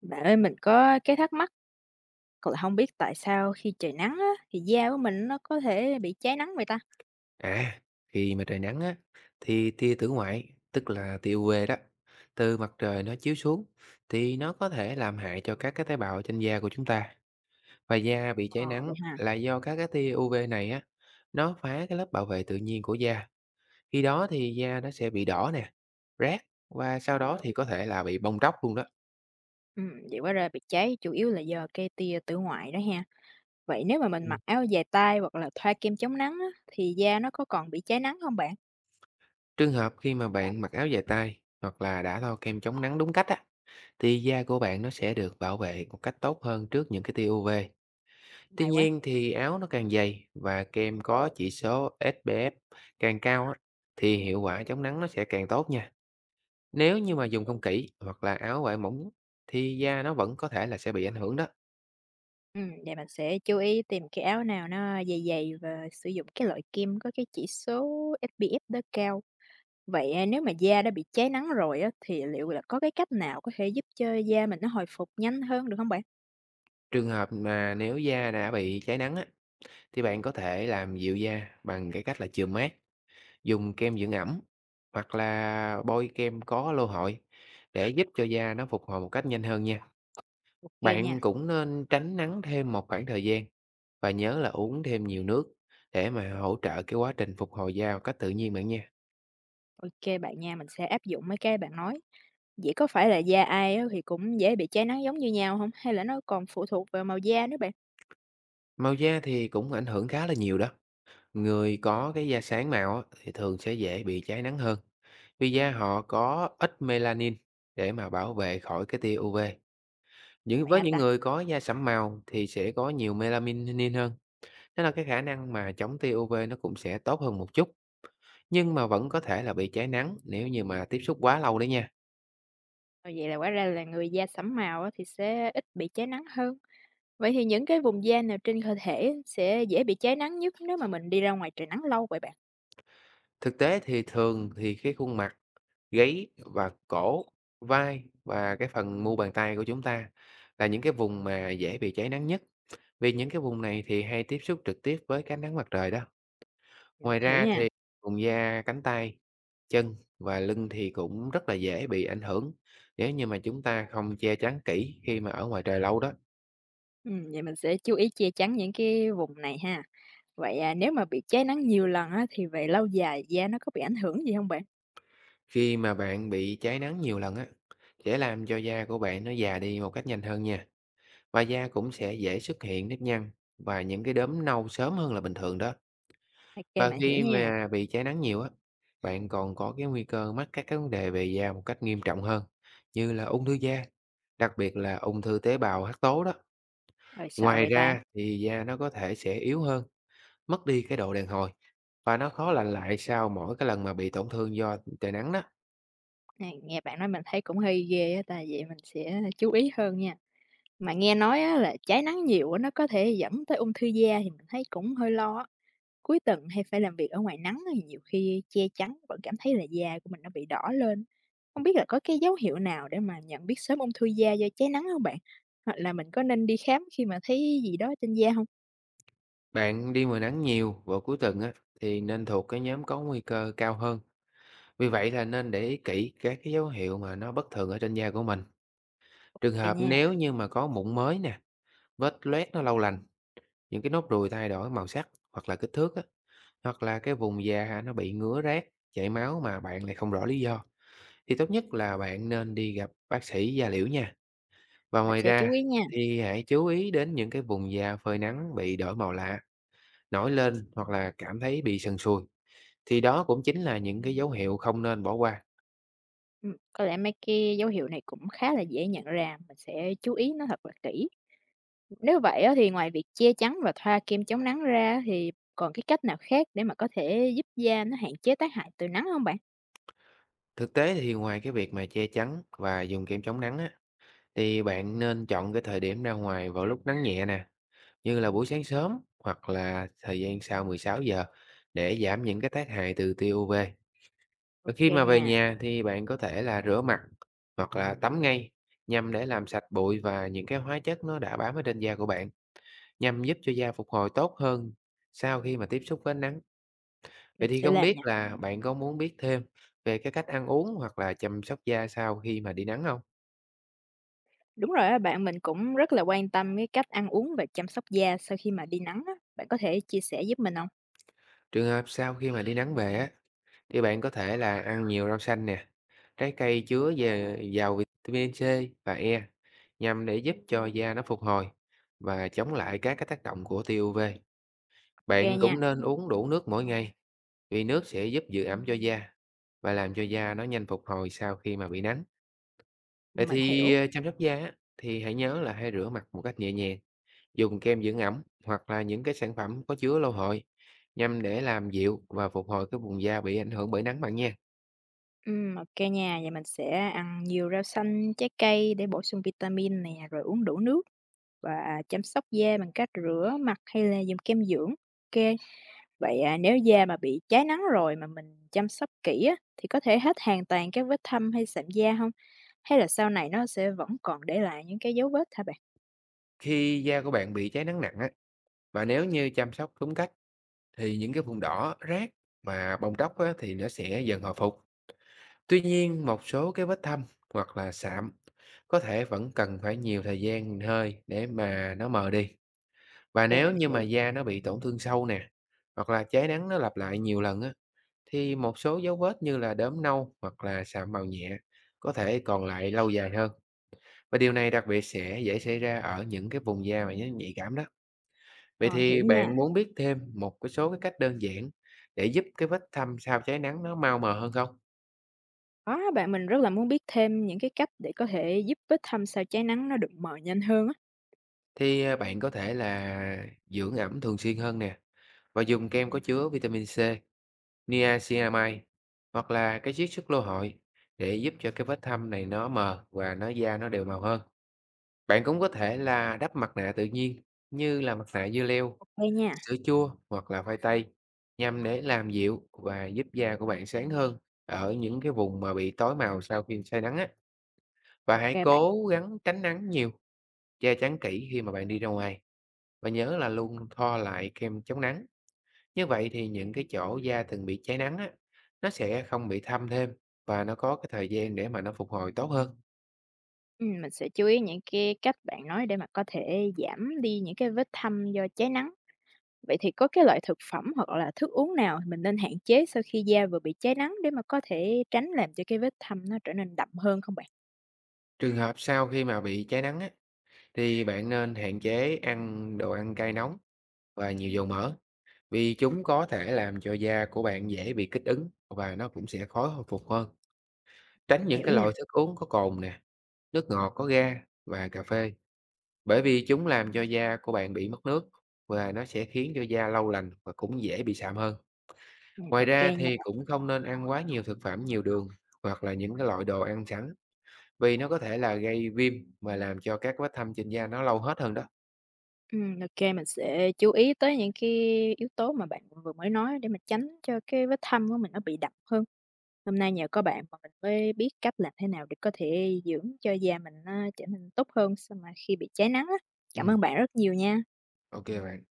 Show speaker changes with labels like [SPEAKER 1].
[SPEAKER 1] Bạn ơi, mình có cái thắc mắc là không biết tại sao khi trời nắng á, thì da của mình nó có thể bị cháy nắng vậy ta?
[SPEAKER 2] À, khi mà trời nắng á, thì tia tử ngoại, tức là tia UV đó, từ mặt trời nó chiếu xuống, thì nó có thể làm hại cho các cái tế bào trên da của chúng ta. Và da bị cháy
[SPEAKER 1] Ờ, vậy
[SPEAKER 2] nắng
[SPEAKER 1] ha.
[SPEAKER 2] là do các cái tia UV này á, nó phá cái lớp bảo vệ tự nhiên của da. Khi đó thì da nó sẽ bị đỏ nè, rát và sau đó thì có thể là bị bong tróc luôn đó.
[SPEAKER 1] Vậy hóa ra bị cháy chủ yếu là do cái tia tử ngoại đó ha. Vậy nếu mà mình
[SPEAKER 2] Ừ.
[SPEAKER 1] mặc áo dài tay hoặc là thoa kem chống nắng á, thì da nó có còn bị cháy nắng không bạn?
[SPEAKER 2] Trường hợp khi mà bạn mặc áo dài tay hoặc là đã thoa kem chống nắng đúng cách á, thì da của bạn nó sẽ được bảo vệ một cách tốt hơn trước những cái tia UV. Tuy
[SPEAKER 1] May quá.
[SPEAKER 2] nhiên thì áo nó càng dày và kem có chỉ số SPF càng cao á, thì hiệu quả chống nắng nó sẽ càng tốt nha. Nếu như mà dùng không kỹ hoặc là áo vải mỏng thì da nó vẫn có thể là sẽ bị ảnh hưởng đó.
[SPEAKER 1] Vậy mình sẽ chú ý tìm cái áo nào nó dày dày và sử dụng cái loại kem có cái chỉ số SPF đó cao. Vậy, nếu mà da đã bị cháy nắng rồi á, thì liệu là có cái cách nào có thể giúp cho da mình nó hồi phục nhanh hơn được không bạn?
[SPEAKER 2] Trường hợp mà nếu da đã bị cháy nắng á, thì bạn có thể làm dịu da bằng cái cách là chườm mát, dùng kem dưỡng ẩm hoặc là bôi kem có lô hội để giúp cho da nó phục hồi một cách nhanh hơn nha.
[SPEAKER 1] OK nha,
[SPEAKER 2] Bạn cũng nên tránh nắng thêm một khoảng thời gian. Và nhớ là uống thêm nhiều nước để mà hỗ trợ cái quá trình phục hồi da một cách tự nhiên bạn nha.
[SPEAKER 1] OK bạn nha, mình sẽ áp dụng mấy cái bạn nói. Vậy có phải là da ai á thì cũng dễ bị cháy nắng giống như nhau không? Hay là nó còn phụ thuộc vào màu da nữa bạn?
[SPEAKER 2] Màu da thì cũng ảnh hưởng khá là nhiều đó. Người có cái da sáng màu á, thì thường sẽ dễ bị cháy nắng hơn. Vì da họ có ít melanin để mà bảo vệ khỏi cái tia UV. Những
[SPEAKER 1] Vậy
[SPEAKER 2] với
[SPEAKER 1] hả
[SPEAKER 2] những
[SPEAKER 1] ta?
[SPEAKER 2] người có da sẫm màu thì sẽ có nhiều melanin hơn. Nên là cái khả năng mà chống tia UV nó cũng sẽ tốt hơn một chút. Nhưng mà vẫn có thể là bị cháy nắng nếu như mà tiếp xúc quá lâu đấy nha.
[SPEAKER 1] Ờ, vậy là quả ra là người da sẫm màu á thì sẽ ít bị cháy nắng hơn. Vậy thì những cái vùng da nào trên cơ thể sẽ dễ bị cháy nắng nhất nếu mà mình đi ra ngoài trời nắng lâu vậy bạn?
[SPEAKER 2] Thực tế thì thường thì cái khuôn mặt, gáy và cổ, vai và cái phần mu bàn tay của chúng ta là những cái vùng mà dễ bị cháy nắng nhất, vì những cái vùng này thì hay tiếp xúc trực tiếp với cái ánh nắng mặt trời đó.
[SPEAKER 1] Vậy mình
[SPEAKER 2] Ngoài
[SPEAKER 1] hiểu
[SPEAKER 2] ra
[SPEAKER 1] nha.
[SPEAKER 2] thì vùng da cánh tay, chân và lưng thì cũng rất là dễ bị ảnh hưởng nếu như mà chúng ta không che chắn kỹ khi mà ở ngoài trời lâu đó.
[SPEAKER 1] Vậy mình sẽ chú ý che chắn những cái vùng này ha. Vậy, nếu mà bị cháy nắng nhiều lần á thì về lâu dài da nó có bị ảnh hưởng gì không bạn?
[SPEAKER 2] Khi mà bạn bị cháy nắng nhiều lần á, sẽ làm cho da của bạn nó già đi một cách nhanh hơn nha. Và da cũng sẽ dễ xuất hiện nếp nhăn và những cái đốm nâu sớm hơn là bình thường đó.
[SPEAKER 1] OK
[SPEAKER 2] Và
[SPEAKER 1] mình hiểu
[SPEAKER 2] khi
[SPEAKER 1] nha.
[SPEAKER 2] mà bị cháy nắng nhiều á, bạn còn có cái nguy cơ mắc các cái vấn đề về da một cách nghiêm trọng hơn, như là ung thư da, đặc biệt là ung thư tế bào hắc tố đó.
[SPEAKER 1] Ôi, sợ
[SPEAKER 2] Ngoài
[SPEAKER 1] vậy ta.
[SPEAKER 2] ra thì da nó có thể sẽ yếu hơn, mất đi cái độ đàn hồi và nó khó lành lại sau mỗi cái lần mà bị tổn thương do trời nắng đó.
[SPEAKER 1] À, nghe bạn nói mình thấy cũng hơi ghê á ta, vậy mình sẽ chú ý hơn nha. Mà nghe nói á là trái nắng nhiều á, nó có thể dẫn tới ung thư da thì mình thấy cũng hơi lo á. Cuối tuần hay phải làm việc ở ngoài nắng á, thì nhiều khi che chắn vẫn cảm thấy là da của mình nó bị đỏ lên. Không biết là có cái dấu hiệu nào để mà nhận biết sớm ung thư da do trái nắng không bạn? Hoặc là mình có nên đi khám khi mà thấy gì đó trên da không?
[SPEAKER 2] Bạn đi mùa nắng nhiều vào cuối tuần á thì nên thuộc cái nhóm có nguy cơ cao hơn. Vì vậy là nên để ý kỹ các cái dấu hiệu mà nó bất thường ở trên da của mình. Trường
[SPEAKER 1] Ok
[SPEAKER 2] hợp
[SPEAKER 1] nha,
[SPEAKER 2] nếu như mà có mụn mới nè, vết loét nó lâu lành, những cái nốt ruồi thay đổi màu sắc hoặc là kích thước á, hoặc là cái vùng da hả, nó bị ngứa rát, chảy máu mà bạn lại không rõ lý do thì tốt nhất là bạn nên đi gặp bác sĩ da liễu nha. Và
[SPEAKER 1] mình
[SPEAKER 2] ngoài
[SPEAKER 1] sẽ chú
[SPEAKER 2] ra
[SPEAKER 1] ý nha.
[SPEAKER 2] thì hãy chú ý đến những cái vùng da phơi nắng bị đổi màu lạ, nổi lên hoặc là cảm thấy bị sần sùi thì đó cũng chính là những cái dấu hiệu không nên bỏ qua.
[SPEAKER 1] Ừ, có lẽ mấy cái dấu hiệu này cũng khá là dễ nhận ra, mình sẽ chú ý nó thật là kỹ. Nếu vậy á, thì ngoài việc che chắn và thoa kem chống nắng ra thì còn cái cách nào khác để mà có thể giúp da nó hạn chế tác hại từ nắng không bạn?
[SPEAKER 2] Thực tế thì ngoài cái việc mà che chắn và dùng kem chống nắng á, thì bạn nên chọn cái thời điểm ra ngoài vào lúc nắng nhẹ nè, như là buổi sáng sớm hoặc là thời gian sau 16 giờ để giảm những cái tác hại từ tia UV. Và
[SPEAKER 1] Ok
[SPEAKER 2] khi
[SPEAKER 1] kê
[SPEAKER 2] mà về
[SPEAKER 1] nha,
[SPEAKER 2] nhà thì bạn có thể là rửa mặt hoặc là tắm ngay nhằm để làm sạch bụi và những cái hóa chất nó đã bám ở trên da của bạn, nhằm giúp cho da phục hồi tốt hơn sau khi mà tiếp xúc với ánh nắng.
[SPEAKER 1] mình
[SPEAKER 2] Vậy thì
[SPEAKER 1] sẽ
[SPEAKER 2] không
[SPEAKER 1] làm
[SPEAKER 2] biết
[SPEAKER 1] nha.
[SPEAKER 2] là bạn có muốn biết thêm về cái cách ăn uống hoặc là chăm sóc da sau khi mà đi nắng không?
[SPEAKER 1] Đúng rồi á bạn, mình cũng rất là quan tâm cái cách ăn uống và chăm sóc da sau khi mà đi nắng á, bạn có thể chia sẻ giúp mình không?
[SPEAKER 2] Trường hợp sau khi mà đi nắng về á, thì bạn có thể là ăn nhiều rau xanh nè, trái cây chứa về giàu vitamin C và E, nhằm để giúp cho da nó phục hồi và chống lại các cái tác động của tia UV.
[SPEAKER 1] Ok
[SPEAKER 2] Bạn
[SPEAKER 1] nha,
[SPEAKER 2] cũng nên uống đủ nước mỗi ngày, vì nước sẽ giúp giữ ẩm cho da và làm cho da nó nhanh phục hồi sau khi mà bị nắng. Vậy
[SPEAKER 1] mình
[SPEAKER 2] thì,
[SPEAKER 1] hiểu.
[SPEAKER 2] chăm sóc da á, thì hãy nhớ là hãy rửa mặt một cách nhẹ nhàng. Dùng kem dưỡng ẩm hoặc là những cái sản phẩm có chứa lâu hồi nhằm để làm dịu và phục hồi cái vùng da bị ảnh hưởng bởi nắng bạn nha.
[SPEAKER 1] Ô nha, vậy mình sẽ ăn nhiều rau xanh, trái cây để bổ sung vitamin nè, rồi uống đủ nước và chăm sóc da bằng cách rửa mặt hay là dùng kem dưỡng. Kê. Vậy, nếu da mà bị cháy nắng rồi mà mình chăm sóc kỹ á, thì có thể hết hoàn toàn các vết thâm hay sạm da không? Hay là sau này nó sẽ vẫn còn để lại những cái dấu vết hả bạn?
[SPEAKER 2] Khi da của bạn bị cháy nắng nặng á, và nếu như chăm sóc đúng cách thì những cái vùng đỏ, rát và bong tróc á, thì nó sẽ dần hồi phục. Tuy nhiên, một số cái vết thâm hoặc là sạm có thể vẫn cần phải nhiều thời gian hơi để mà nó mờ đi. Và
[SPEAKER 1] Ra
[SPEAKER 2] nếu
[SPEAKER 1] mình
[SPEAKER 2] như mà
[SPEAKER 1] hiểu,
[SPEAKER 2] da nó bị tổn thương sâu nè, hoặc là cháy nắng nó lặp lại nhiều lần á, thì một số dấu vết như là đốm nâu hoặc là sạm màu nhẹ có thể còn lại lâu dài hơn. Và điều này đặc biệt sẽ dễ xảy ra ở những cái vùng da mà nó nhạy cảm đó. Vậy
[SPEAKER 1] ờ, hiểu
[SPEAKER 2] thì
[SPEAKER 1] nha.
[SPEAKER 2] bạn muốn biết thêm một cái số cái cách đơn giản để giúp cái vết thâm sau cháy nắng nó mau mờ hơn không?
[SPEAKER 1] Có á bạn, mình rất là muốn biết thêm những cái cách để có thể giúp vết thâm sau cháy nắng nó được mờ nhanh hơn á.
[SPEAKER 2] Thì à, bạn có thể là dưỡng ẩm thường xuyên hơn nè và dùng kem có chứa vitamin C, niacinamide hoặc là cái chiết xuất lô hội để giúp cho cái vết thâm này nó mờ và nó da nó đều màu hơn. Bạn cũng có thể là đắp mặt nạ tự nhiên như là mặt nạ dưa leo,
[SPEAKER 1] Ok nha,
[SPEAKER 2] sữa chua hoặc là khoai tây nhằm để làm dịu và giúp da của bạn sáng hơn ở những cái vùng mà bị tối màu sau khi say nắng á. Và
[SPEAKER 1] Ok
[SPEAKER 2] hãy
[SPEAKER 1] bạn.
[SPEAKER 2] cố gắng tránh nắng nhiều, che chắn kỹ khi mà bạn đi ra ngoài và nhớ là luôn thoa lại kem chống nắng. Như vậy thì những cái chỗ da từng bị cháy nắng á, nó sẽ không bị thâm thêm và nó có cái thời gian để mà nó phục hồi tốt hơn.
[SPEAKER 1] Mình sẽ chú ý những cái cách bạn nói để mà có thể giảm đi những cái vết thâm do cháy nắng. Vậy thì có cái loại thực phẩm hoặc là thức uống nào mình nên hạn chế sau khi da vừa bị cháy nắng để mà có thể tránh làm cho cái vết thâm nó trở nên đậm hơn không bạn?
[SPEAKER 2] Trường hợp sau khi mà bị cháy nắng á, thì bạn nên hạn chế ăn đồ ăn cay nóng và nhiều dầu mỡ, vì chúng có thể làm cho da của bạn dễ bị kích ứng và nó cũng sẽ khó hồi phục hơn. Tránh
[SPEAKER 1] Mình
[SPEAKER 2] những
[SPEAKER 1] hiểu
[SPEAKER 2] cái
[SPEAKER 1] nha.
[SPEAKER 2] loại thức uống có cồn nè, nước ngọt có ga và cà phê, bởi vì chúng làm cho da của bạn bị mất nước và nó sẽ khiến cho da lâu lành và cũng dễ bị sạm hơn. Ngoài
[SPEAKER 1] Ok
[SPEAKER 2] ra
[SPEAKER 1] nha
[SPEAKER 2] thì
[SPEAKER 1] bạn.
[SPEAKER 2] cũng không nên ăn quá nhiều thực phẩm nhiều đường hoặc là những cái loại đồ ăn sẵn vì nó có thể là gây viêm và làm cho các vết thâm trên da nó lâu hết hơn đó.
[SPEAKER 1] Ô mình sẽ chú ý tới những cái yếu tố mà bạn vừa mới nói để mà tránh cho cái vết thâm của mình nó bị đậm hơn. Hôm nay nhờ có bạn mà mình mới biết cách làm thế nào để có thể dưỡng cho da mình nó trở nên tốt hơn sau mà khi bị cháy nắng á. Cảm
[SPEAKER 2] Ừ,
[SPEAKER 1] ơn bạn rất nhiều nha.
[SPEAKER 2] ok bạn.